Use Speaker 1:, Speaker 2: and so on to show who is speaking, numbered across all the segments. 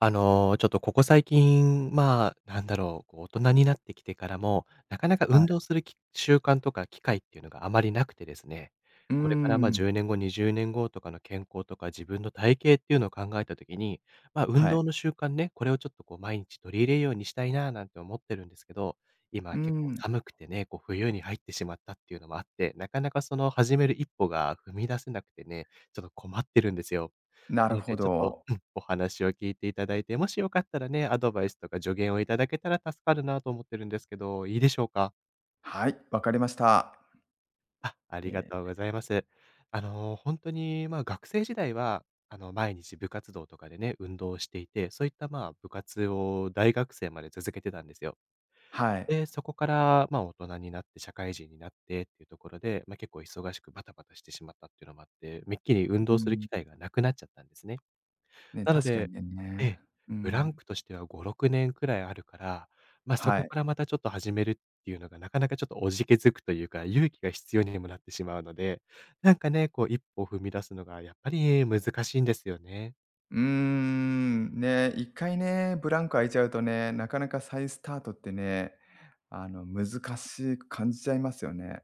Speaker 1: ちょっとここ最近、まあ、なんだろう、こう大人になってきてからも、なかなか
Speaker 2: は
Speaker 1: 運
Speaker 2: い。
Speaker 1: 動するき習慣とか機会っていうのがあまりなくてですね、
Speaker 2: うー
Speaker 1: これからまあ
Speaker 2: ん。
Speaker 1: 10年後、20年後とかの健康とか自分の体型っていうのを考えた時に、まあ運
Speaker 2: はい。
Speaker 1: 動の習慣ね、これをちょっとこう毎日取り入れるようにしたいななんて思ってるんですけど、
Speaker 2: うー
Speaker 1: 今結構
Speaker 2: ん。
Speaker 1: 寒くてね、こう冬に入ってしまったっていうのもあって、なかなかその始める一歩が踏み出せなくてね、ちょっと困ってるんですよ。
Speaker 2: なる
Speaker 1: なの
Speaker 2: ほ
Speaker 1: で、ちょっと、
Speaker 2: ど。
Speaker 1: うん、お話を聞いていただいて、もしよかったらね、アドバイスとか助言をいただけたら助かるなと思ってるんですけど、いいでしょうか？
Speaker 2: はい、わかりました。
Speaker 1: あ、あ
Speaker 2: え
Speaker 1: りがとう
Speaker 2: え、
Speaker 1: ございます。本当に、まあ、学生時代は、毎日部活動とかでね、運動をしていて、そういった、まあ、部活を大学生まで続けてたんですよ。
Speaker 2: はい。
Speaker 1: で、そこから、まあ、大人になって社会人になってっていうところで、まあ、結構忙しくバタバタしてしまったっていうのもあって、めっきり運
Speaker 2: う
Speaker 1: 動
Speaker 2: ー
Speaker 1: する機会
Speaker 2: ん。
Speaker 1: がなくなっちゃったんですね。
Speaker 2: ね、
Speaker 1: なの
Speaker 2: 確か
Speaker 1: で
Speaker 2: に
Speaker 1: え
Speaker 2: ね。
Speaker 1: え、
Speaker 2: う
Speaker 1: ブラン
Speaker 2: ん。
Speaker 1: クとしては5、6年くらいあるから、まあ、そ
Speaker 2: は
Speaker 1: こ
Speaker 2: い。
Speaker 1: からまたちょっと始めるっていうのがなかなかちょっとおじけづくというか、勇気が必要にもなってしまうので、なんかね、こう一歩踏み出すのがやっぱり難しいんですよね。
Speaker 2: うーん、ね、一回ね、ブランク空いちゃうとね、なかなか再スタートってね、難しく感じちゃいますよね。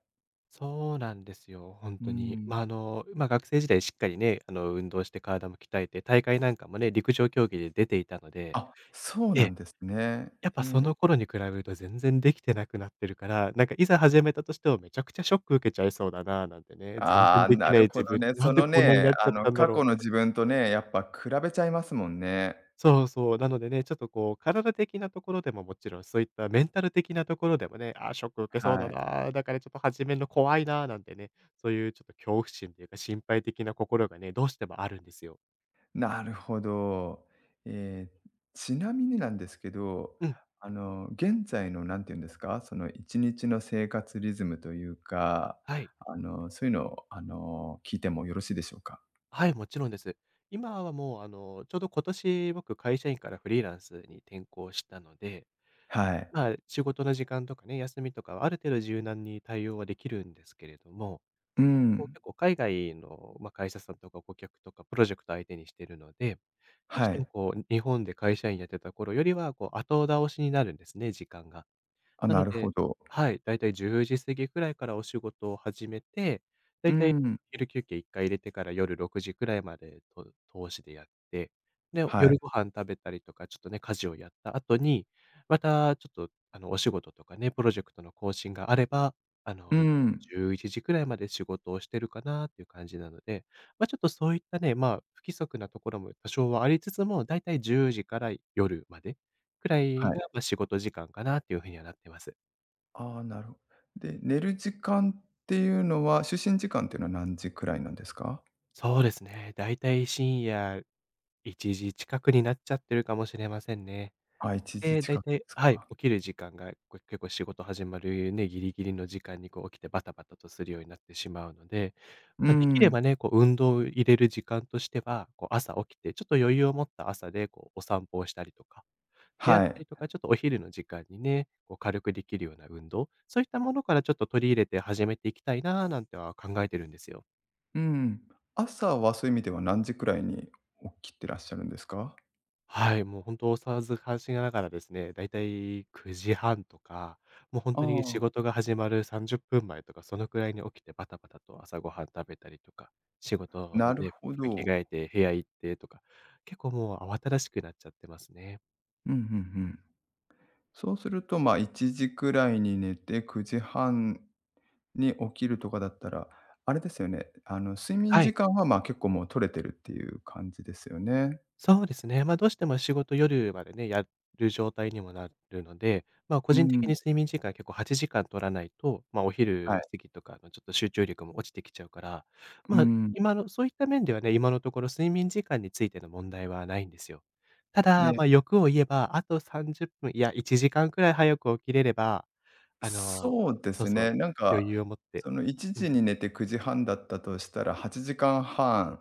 Speaker 1: そうなんですよ、本
Speaker 2: うー
Speaker 1: 当に。
Speaker 2: ん。
Speaker 1: まあ、まあ、学生時代しっかりね、運動して体も鍛えて、大会なんかもね、陸上競技で出ていたので
Speaker 2: あ、そう
Speaker 1: え
Speaker 2: な
Speaker 1: え、
Speaker 2: んですね。
Speaker 1: やっぱ
Speaker 2: え
Speaker 1: そ
Speaker 2: え。
Speaker 1: の頃に比べると全然できてなくなってるから、なんかいざ始めたとしてもめちゃくちゃショック受けちゃいそうだななんてね、全
Speaker 2: あ
Speaker 1: 然
Speaker 2: あ、
Speaker 1: でき
Speaker 2: な
Speaker 1: ない
Speaker 2: るほ
Speaker 1: 自
Speaker 2: ど
Speaker 1: 分、
Speaker 2: ね。
Speaker 1: な
Speaker 2: そ
Speaker 1: んで
Speaker 2: の
Speaker 1: こんなに
Speaker 2: ね、
Speaker 1: なっちゃったんだ
Speaker 2: 過
Speaker 1: ろう
Speaker 2: 去の
Speaker 1: って。
Speaker 2: 自分とね、やっぱ比べちゃいますもんね。
Speaker 1: そうそう、なのでね、ちょっとこう体的なところでももちろん、そういったメンタル的なところでもね、あーショック受けそうだ
Speaker 2: はい。
Speaker 1: な、だからちょっと始めるの怖いななんてね、そういうちょっと恐怖心というか心配的な心がね、どうしてもあるんですよ。
Speaker 2: なるほど。ええ、ちなみになんですけど、
Speaker 1: うん、
Speaker 2: 現在のなんていうんですか、その一日の生活リズムというか、
Speaker 1: はい。
Speaker 2: そういうのを、聞いてもよろしいでしょうか？
Speaker 1: はい、もちろんです。今はもうちょうど今年僕会社員からフリーランスに転向したので、
Speaker 2: はい。
Speaker 1: まあ、仕事の時間とかね、休みとかはある程度柔軟に対応はできるんですけれども、
Speaker 2: う
Speaker 1: なんかこう
Speaker 2: ん。
Speaker 1: 結構海外の、まあ、会社さんとか顧客とかプロジェクト相手にしてるので、どうし
Speaker 2: は
Speaker 1: ても
Speaker 2: い。
Speaker 1: こう日本で会社員やってた頃よりはこう後倒しになるんですね、時間が。
Speaker 2: あ、
Speaker 1: な
Speaker 2: な
Speaker 1: の
Speaker 2: るほ
Speaker 1: で
Speaker 2: ど。
Speaker 1: はい、だいたい10時過ぎくらいからお仕事を始めて、だ
Speaker 2: う
Speaker 1: いたい
Speaker 2: ん。
Speaker 1: 昼休憩1回入れてから夜6時くらいまでと通しでやって、で、
Speaker 2: はい。
Speaker 1: 夜ご飯食べたりとか、ちょっとね、家事をやった後に、またちょっと、お仕事とかね、プロジェクトの更新があれば、
Speaker 2: う
Speaker 1: 夜
Speaker 2: ん。
Speaker 1: 11時くらいまで仕事をしてるかなっていう感じなので、まあ、ちょっとそういったね、まあ、不規則なところも多少はありつつも、だいたい10時から夜までくらい
Speaker 2: はい。
Speaker 1: が、まあ、仕事時間かなっていうふうにはなってます。
Speaker 2: ああ、なるほど。で、寝る時間っていうのは、就寝時間っていうのは何時くらいなんですか？
Speaker 1: そうですね。だいたい深夜1時近くになっちゃってるかもしれませんね。
Speaker 2: あ、1時
Speaker 1: で、だ
Speaker 2: 近
Speaker 1: い
Speaker 2: くで
Speaker 1: たい
Speaker 2: す
Speaker 1: はい、
Speaker 2: か。
Speaker 1: 起きる時間が、こう、結構仕事始まるね、ギリギリの時間にこう起きてバタバタとするようになってしまうので、
Speaker 2: う
Speaker 1: まあ、できれ
Speaker 2: ん。
Speaker 1: ばね、こう運動を入れる時間としては、こう朝起きて、ちょっと余裕を持った朝でこうお散歩をしたりとか、であっ
Speaker 2: は
Speaker 1: た
Speaker 2: い。
Speaker 1: りとか、ちょっとお昼の時間にね、こう軽くできるような運動、そういったものからちょっと取り入れて始めていきたいなぁなんては考えてるんですよ。
Speaker 2: うん。朝はそういう意味では何時くらいに起きてらっしゃるんですか？
Speaker 1: はい、もう本当と、大騒ずかしながらですね、だいたい9時半とか、もう本
Speaker 2: あ
Speaker 1: 当に仕
Speaker 2: あ、
Speaker 1: 事が始まる30分前とか、そのくらいに起きてバタバタと朝ごはん食べたりとか、仕事
Speaker 2: な
Speaker 1: の
Speaker 2: る
Speaker 1: ね、
Speaker 2: ほ
Speaker 1: 服着
Speaker 2: ど。
Speaker 1: 替えて部屋行ってとか、結構もう慌ただしくなっちゃってますね。
Speaker 2: うんうんうん。そうすると、まあ、1時くらいに寝て9時半に起きるとかだったら、あれですよね、睡眠
Speaker 1: は
Speaker 2: 時
Speaker 1: い。
Speaker 2: 間は、まあ、結構もう取れてるっていう感じですよね。
Speaker 1: そうですね。まあ、どうしても仕事夜までね、やる状態にもなるので、まあ、個
Speaker 2: う
Speaker 1: 人的に
Speaker 2: ん。
Speaker 1: 睡眠時間結構8時間取らないと、まあ、お
Speaker 2: は
Speaker 1: 昼
Speaker 2: い。
Speaker 1: 過ぎとかのちょっと集中力も落ちてきちゃうから、
Speaker 2: う
Speaker 1: まあ、
Speaker 2: ん。
Speaker 1: 今のそういった面ではね、今のところ睡眠時間についての問題はないんですよ。ただ、
Speaker 2: ね。
Speaker 1: まあ、欲を言えば、あと30分、いや1時間くらい早く起きれれば、あの
Speaker 2: そうで
Speaker 1: そう
Speaker 2: す
Speaker 1: そう、
Speaker 2: ね、なん
Speaker 1: 余
Speaker 2: か、
Speaker 1: 裕を持って
Speaker 2: その1
Speaker 1: うん、
Speaker 2: 時に寝て9時半だったとしたら、8時間半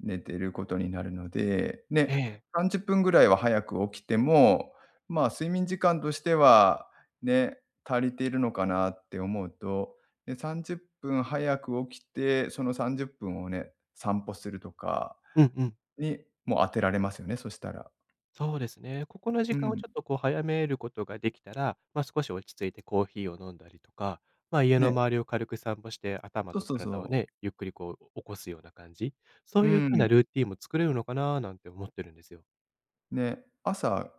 Speaker 2: 寝てることになるので、
Speaker 1: え
Speaker 2: ね、
Speaker 1: え。
Speaker 2: 30分ぐらいは早く起きても、まあ、睡眠時間としては、ね、足りているのかなって思うと、ね、30分早く起きて、その30分をね、散歩するとか
Speaker 1: うんうん。
Speaker 2: にもう当てられますよね、そしたら。
Speaker 1: そうですね。ここの
Speaker 2: う
Speaker 1: 時間を
Speaker 2: ん、
Speaker 1: ちょっとこう早めることができたら、まあ、少し落ち着いてコーヒーを飲んだりとか、まあ、家の
Speaker 2: ね、
Speaker 1: 周りを軽く散歩して、頭
Speaker 2: そう
Speaker 1: と
Speaker 2: そうそ
Speaker 1: 体を
Speaker 2: う。
Speaker 1: ね、ゆっくりこう起こすような感じ、そ
Speaker 2: う
Speaker 1: ういう風な
Speaker 2: ん、
Speaker 1: ルーティンも作れるのかななんて思ってるんですよ。
Speaker 2: ね、朝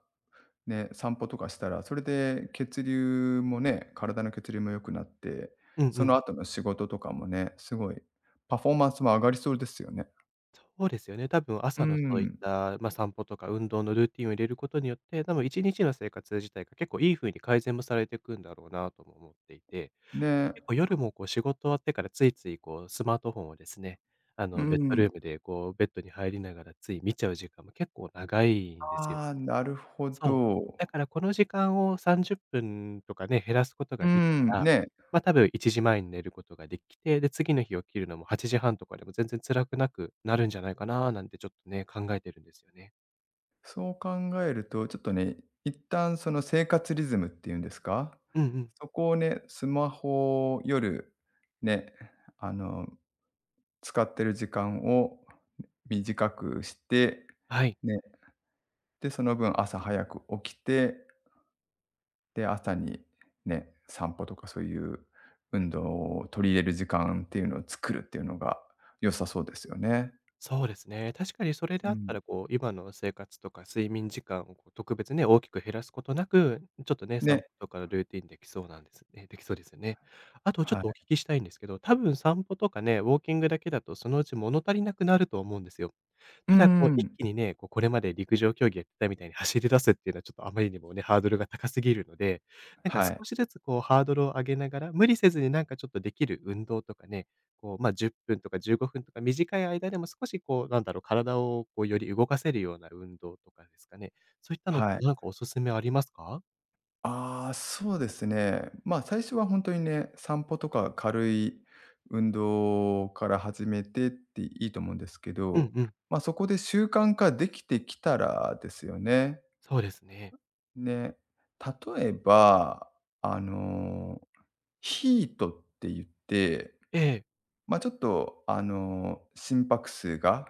Speaker 2: ね、散歩とかしたら、それで血流もね、体の血流も良くなって、
Speaker 1: うん
Speaker 2: そ
Speaker 1: う
Speaker 2: の
Speaker 1: ん。
Speaker 2: 後の仕事とかもね、すごいパフォーマンスも上がりそうですよね。
Speaker 1: そうですよね。多分
Speaker 2: うー
Speaker 1: 朝のそういっ
Speaker 2: ん。
Speaker 1: た、まあ、散歩とか運動のルーティンを入れることによって、多分1日の生活自体が結構いい風に改善もされていくんだろうなとも思っていて、で、
Speaker 2: ね。
Speaker 1: 結構夜もこう仕事終わってからついついこうスマートフォンをですね、あ
Speaker 2: う
Speaker 1: のベッドル
Speaker 2: ん。
Speaker 1: ームでこうベッドに入りながらつい見ちゃう時間も結構長いんですよ。
Speaker 2: ああ、なるほ
Speaker 1: そう。
Speaker 2: ど。
Speaker 1: だからこの時間を30分とかね、減らすこと
Speaker 2: うー
Speaker 1: ができ
Speaker 2: ん、
Speaker 1: たら、
Speaker 2: ね、
Speaker 1: ま、多分1時前に寝ることができて、で、次の日起きるのも8時半とかでも全然辛くなくなるんじゃないかななんてちょっとね、考えてるんですよね。
Speaker 2: そう考えると、ちょっとね、一旦その生活リズムっていうんですか、
Speaker 1: うんうん。
Speaker 2: そこをね、スマホを夜、ね、あの、使ってる時間を短くして、
Speaker 1: はい。
Speaker 2: ね。で、その分朝早く起きて、で、朝にね、散歩とかそういう運動を取り入れる時間っていうのを作るっていうのが良さそうですよね。
Speaker 1: そうですね。確かにそれで
Speaker 2: う
Speaker 1: あった
Speaker 2: ん。
Speaker 1: ら、こう、今の生活とか睡眠時間をこう特別ね、大きく減らすことなく、ちょっとね、散歩
Speaker 2: ね、
Speaker 1: とかのルーティンできそうなんですね。できそうですよね。あとちょっ
Speaker 2: は
Speaker 1: とお
Speaker 2: い。
Speaker 1: 聞きしたいんですけど、多分散歩とかね、ウォーキングだけだとそのうち物足りなくなると思うんですよ。
Speaker 2: うー
Speaker 1: ただ、こう、一
Speaker 2: ん、
Speaker 1: 気にね、こう、これまで陸上競技やってたみたいに走り出すっていうのはちょっとあまりにもね、ハードルが高すぎるので、なんか
Speaker 2: はい、
Speaker 1: 少しずつこう、ハードルを上げながら、無理せずになんかちょっとできる運動とかね、こう、まあ、10分とか15分とか短い間でも少しこう、なんだろう、体をこう、より動かせるような運動とかですかね。そういったのって
Speaker 2: はい。
Speaker 1: なんかおすすめありますか？
Speaker 2: ああ、そうですね。まあ、最初はほんとにね、散歩とか軽い運動から始めてっていいと思うんですけ
Speaker 1: うん
Speaker 2: ど、
Speaker 1: うん、
Speaker 2: ま、あそこで習慣化できてきたらですよね。
Speaker 1: そうですね。
Speaker 2: ね、例えば、あの、ヒートって言って、
Speaker 1: ええ、
Speaker 2: まあ、ちょっと、心拍数が、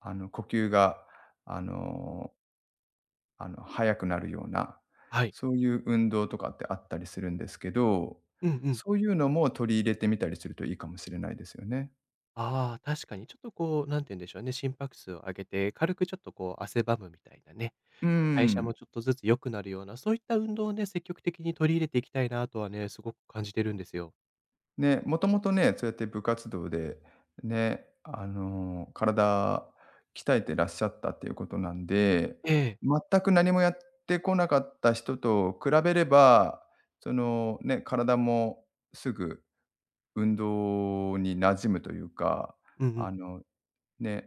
Speaker 2: 呼吸が、あの速くなるような、
Speaker 1: はい。
Speaker 2: そういう運動とかってあったりするんですけど、
Speaker 1: うんうん。
Speaker 2: そういうのも取り入れてみたりするといいかもしれないですよね。
Speaker 1: ああ、確かにちょっとこう、なんて言うんでしょうね、心拍数を上げて、軽くちょっとこう、汗ばむみたいなね、
Speaker 2: うー
Speaker 1: こう代謝も
Speaker 2: ん。
Speaker 1: ちょっとずつ良くなるような、そういった運動をね、積極的に取り入れていきたいなとはね、すごく感じてるんですよ。
Speaker 2: ね、もともとね、そうやって部活動で、ね、体鍛えてらっしゃったっていうことなんで、
Speaker 1: ええ、
Speaker 2: 全く何もやってこなかった人と比べれば、その、ね、体もすぐ運動に馴染むというか、
Speaker 1: うんう
Speaker 2: あ
Speaker 1: ん、
Speaker 2: の、ね、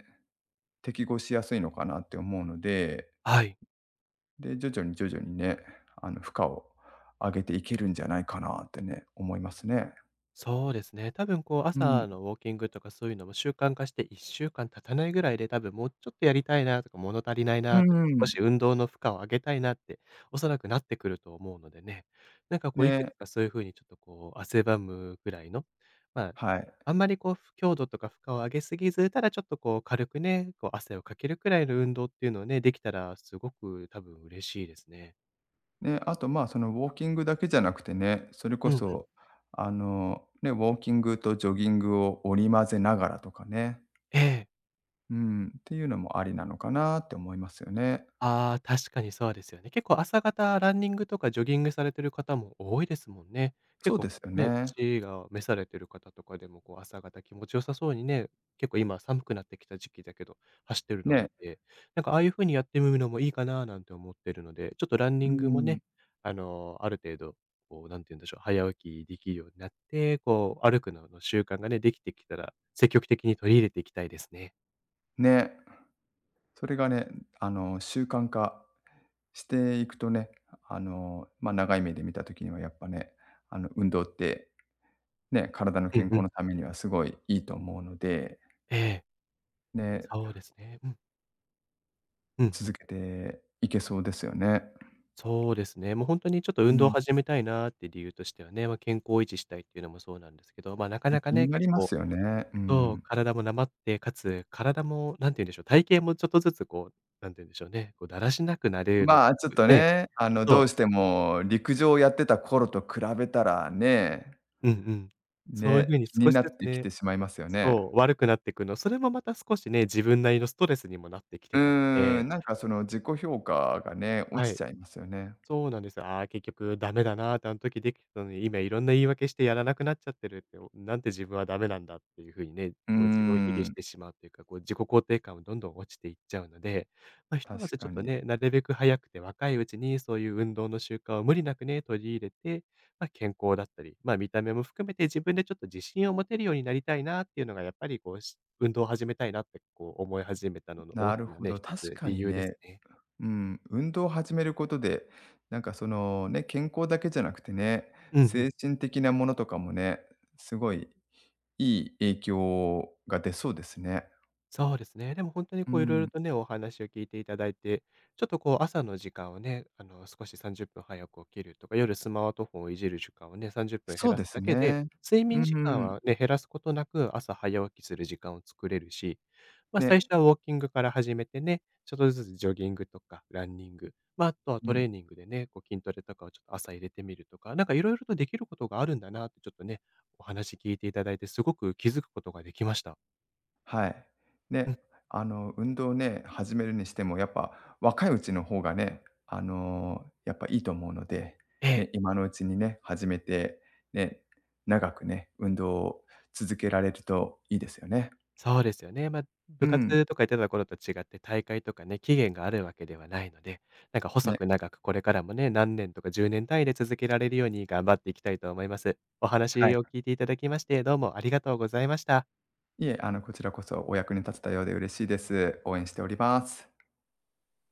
Speaker 2: 適合しやすいのかなって思うので、
Speaker 1: はい。
Speaker 2: で、徐々に徐々にね、負荷を上げていけるんじゃないかなってね、思いますね。
Speaker 1: そうですね。多分こう
Speaker 2: うん、
Speaker 1: 朝のウォーキングとかそういうのも習慣化して1週間経たないぐらいで多分もうちょっとやりたいなとか物足りない
Speaker 2: う
Speaker 1: なって、
Speaker 2: んう
Speaker 1: 少
Speaker 2: ん。
Speaker 1: し運動の負荷を上げたいなっておそらくなってくると思うのでね。なんかこういくつ
Speaker 2: ね。
Speaker 1: かそういうふうにちょっとこう汗ばむぐらいの、まあ、
Speaker 2: はい。
Speaker 1: あんまりこう強度とか負荷を上げすぎず、ただちょっとこう軽くね、こう汗をかけるくらいの運動っていうのをね、できたらすごく多分嬉しいですね。
Speaker 2: で、あと、まあ、そのウォーキングだけじゃなくてね、それ
Speaker 1: う
Speaker 2: こ
Speaker 1: んうん。
Speaker 2: そ、ね、ウォーキングとジョギングを織り交ぜながらとかね、
Speaker 1: ええ。
Speaker 2: うん、っていうのもありなのかなって思いますよね。
Speaker 1: ああ、確かにそうですよね。結構朝方ランニングとかジョギングされてる方も多いですもんね。結
Speaker 2: そう
Speaker 1: 構
Speaker 2: ですよ
Speaker 1: ね、
Speaker 2: ね。
Speaker 1: 年が召されてる方とかでもこう朝方気持ちよさそうにね、結構今寒くなってきた時期だけど、走ってるのを見
Speaker 2: ね、
Speaker 1: て、なんかああいう風にやってみるのもいいかななんて思ってるので、ちょっとランニ
Speaker 2: う
Speaker 1: ングもね、
Speaker 2: ん、
Speaker 1: ある程度、こうなんて言うんでしょう、早起きできるようになって、こう歩くのの習慣がね、できてきたら、積極的に取り入れていきたいですね。
Speaker 2: ね、それがね、習慣化していくとね、まあ、長い目で見た時にはやっぱね、運動って、ね、体の
Speaker 1: う
Speaker 2: 健
Speaker 1: んう
Speaker 2: 康
Speaker 1: ん。
Speaker 2: のためにはすごいいいと思うので、
Speaker 1: ええ、
Speaker 2: ね、
Speaker 1: そうですね。うん。うんう
Speaker 2: 続
Speaker 1: ん。
Speaker 2: けていけそうですよね。
Speaker 1: そうですね。もう本当にちょっと
Speaker 2: う
Speaker 1: 運動を
Speaker 2: ん、
Speaker 1: 始めたいなーって理由としてはね、まあ、健康を維持したいっていうのもそうなんですけど、ま、なか
Speaker 2: え、
Speaker 1: なか
Speaker 2: 気に
Speaker 1: ね、
Speaker 2: な
Speaker 1: 結
Speaker 2: りま
Speaker 1: 構
Speaker 2: すよね。う
Speaker 1: そう、
Speaker 2: ん。
Speaker 1: 体もなまって、かつ体もなんて言うんでしょう、体型もちょっとずつこう、なんて言うんでしょうね、こうだらしなくなれるの
Speaker 2: ま
Speaker 1: が
Speaker 2: あ、
Speaker 1: す
Speaker 2: ちょっ
Speaker 1: ごい
Speaker 2: と
Speaker 1: ね、
Speaker 2: ね、
Speaker 1: そ
Speaker 2: ど
Speaker 1: う、
Speaker 2: うしても陸上をやってた頃と比べたらね、
Speaker 1: うんうん。そういう
Speaker 2: ね、
Speaker 1: 風に
Speaker 2: 気に
Speaker 1: 少し
Speaker 2: な
Speaker 1: ず
Speaker 2: っ
Speaker 1: つ
Speaker 2: てき
Speaker 1: ね、
Speaker 2: てしまいますよね。
Speaker 1: そう、悪くなっていくの、それもまた少しね、自分なりのストレスにもなってき
Speaker 2: う
Speaker 1: てたの
Speaker 2: ーん、
Speaker 1: で、
Speaker 2: なんかその自己評価がね、落
Speaker 1: は
Speaker 2: ち
Speaker 1: い。
Speaker 2: ちゃいますよね。
Speaker 1: そうなんですよ。ああ、結局ダメだなーって、あの時できてたのに、今いろんな言い訳してやらなくなっちゃってるって、おなんて自分はダメなんだっていう風にね、
Speaker 2: うー
Speaker 1: こう自分を卑下し
Speaker 2: ん、
Speaker 1: てしまうというか、こう自己肯定感もどんどん落ちていっちゃうので、まあ、ひとま
Speaker 2: 確
Speaker 1: ずち
Speaker 2: か
Speaker 1: ょっと
Speaker 2: に。
Speaker 1: ね、なるべく早くて若いうちにそういう運動の習慣を無理なくね、取り入れて、まあ、健康だったり、まあ、見た目も含めて自分でちょっと自信を持てるようになりたいなっていうのがやっぱりこう、し運動を始めたいなってこう思い始めたのの大
Speaker 2: なる
Speaker 1: きな
Speaker 2: ほ
Speaker 1: ね、
Speaker 2: ど、
Speaker 1: 一
Speaker 2: 確
Speaker 1: つ
Speaker 2: か
Speaker 1: 理
Speaker 2: に
Speaker 1: 由です
Speaker 2: ね、
Speaker 1: ね。
Speaker 2: うん、運動を始めることで、なんかそのね、健康だけじゃなくてね、
Speaker 1: うんうん。
Speaker 2: 精神的なものとかもね、すごいいい影響が出そうですね。
Speaker 1: そうですね。でも本当に
Speaker 2: う
Speaker 1: こういろいろ
Speaker 2: ん、
Speaker 1: とね、お話を聞いていただいて、ちょっとこう朝の時間をね、少し30分早く起きるとか、夜スマートフォンをいじる時間をね、30分
Speaker 2: そ
Speaker 1: 減
Speaker 2: う
Speaker 1: ら
Speaker 2: で
Speaker 1: す
Speaker 2: す
Speaker 1: だけで、
Speaker 2: ね。
Speaker 1: 睡
Speaker 2: う
Speaker 1: 眠時間
Speaker 2: ん。
Speaker 1: はね、減らすことなく朝早起きする時間を作れるし、ま、最
Speaker 2: ね、
Speaker 1: 初はウォーキングから始めてね、ちょっとずつジョギングとかランニング、ま、ああとは
Speaker 2: う
Speaker 1: トレ
Speaker 2: ん、
Speaker 1: ーニングでね、こう筋トレとかをちょっと朝入れてみるとか、なんかいろいろとできることがあるんだなってちょっとね、お話聞いていただいてすごく気づくことができました。
Speaker 2: はい。
Speaker 1: うん、
Speaker 2: ね、運動ね、始めるにしても、やっぱ若いうちの方がね、やっぱいいと思うので、
Speaker 1: ええ。
Speaker 2: ね、今のうちにね、始めて、ね、長くね、運動を続けられるといいですよね。
Speaker 1: そうですよね。まあ、
Speaker 2: う
Speaker 1: 部
Speaker 2: ん、
Speaker 1: 活とかやってた頃と違って、大会とかね、期限があるわけではないので、なんか細
Speaker 2: ね、
Speaker 1: く長くこれからもね、何年とか10年単位で続けられるように頑張っていきたいと思います。お
Speaker 2: はい。
Speaker 1: 話を聞いていただきまして、どうもありがとうございました。
Speaker 2: いえ、こちらこそお役に立てたようで嬉しいです。応援しております。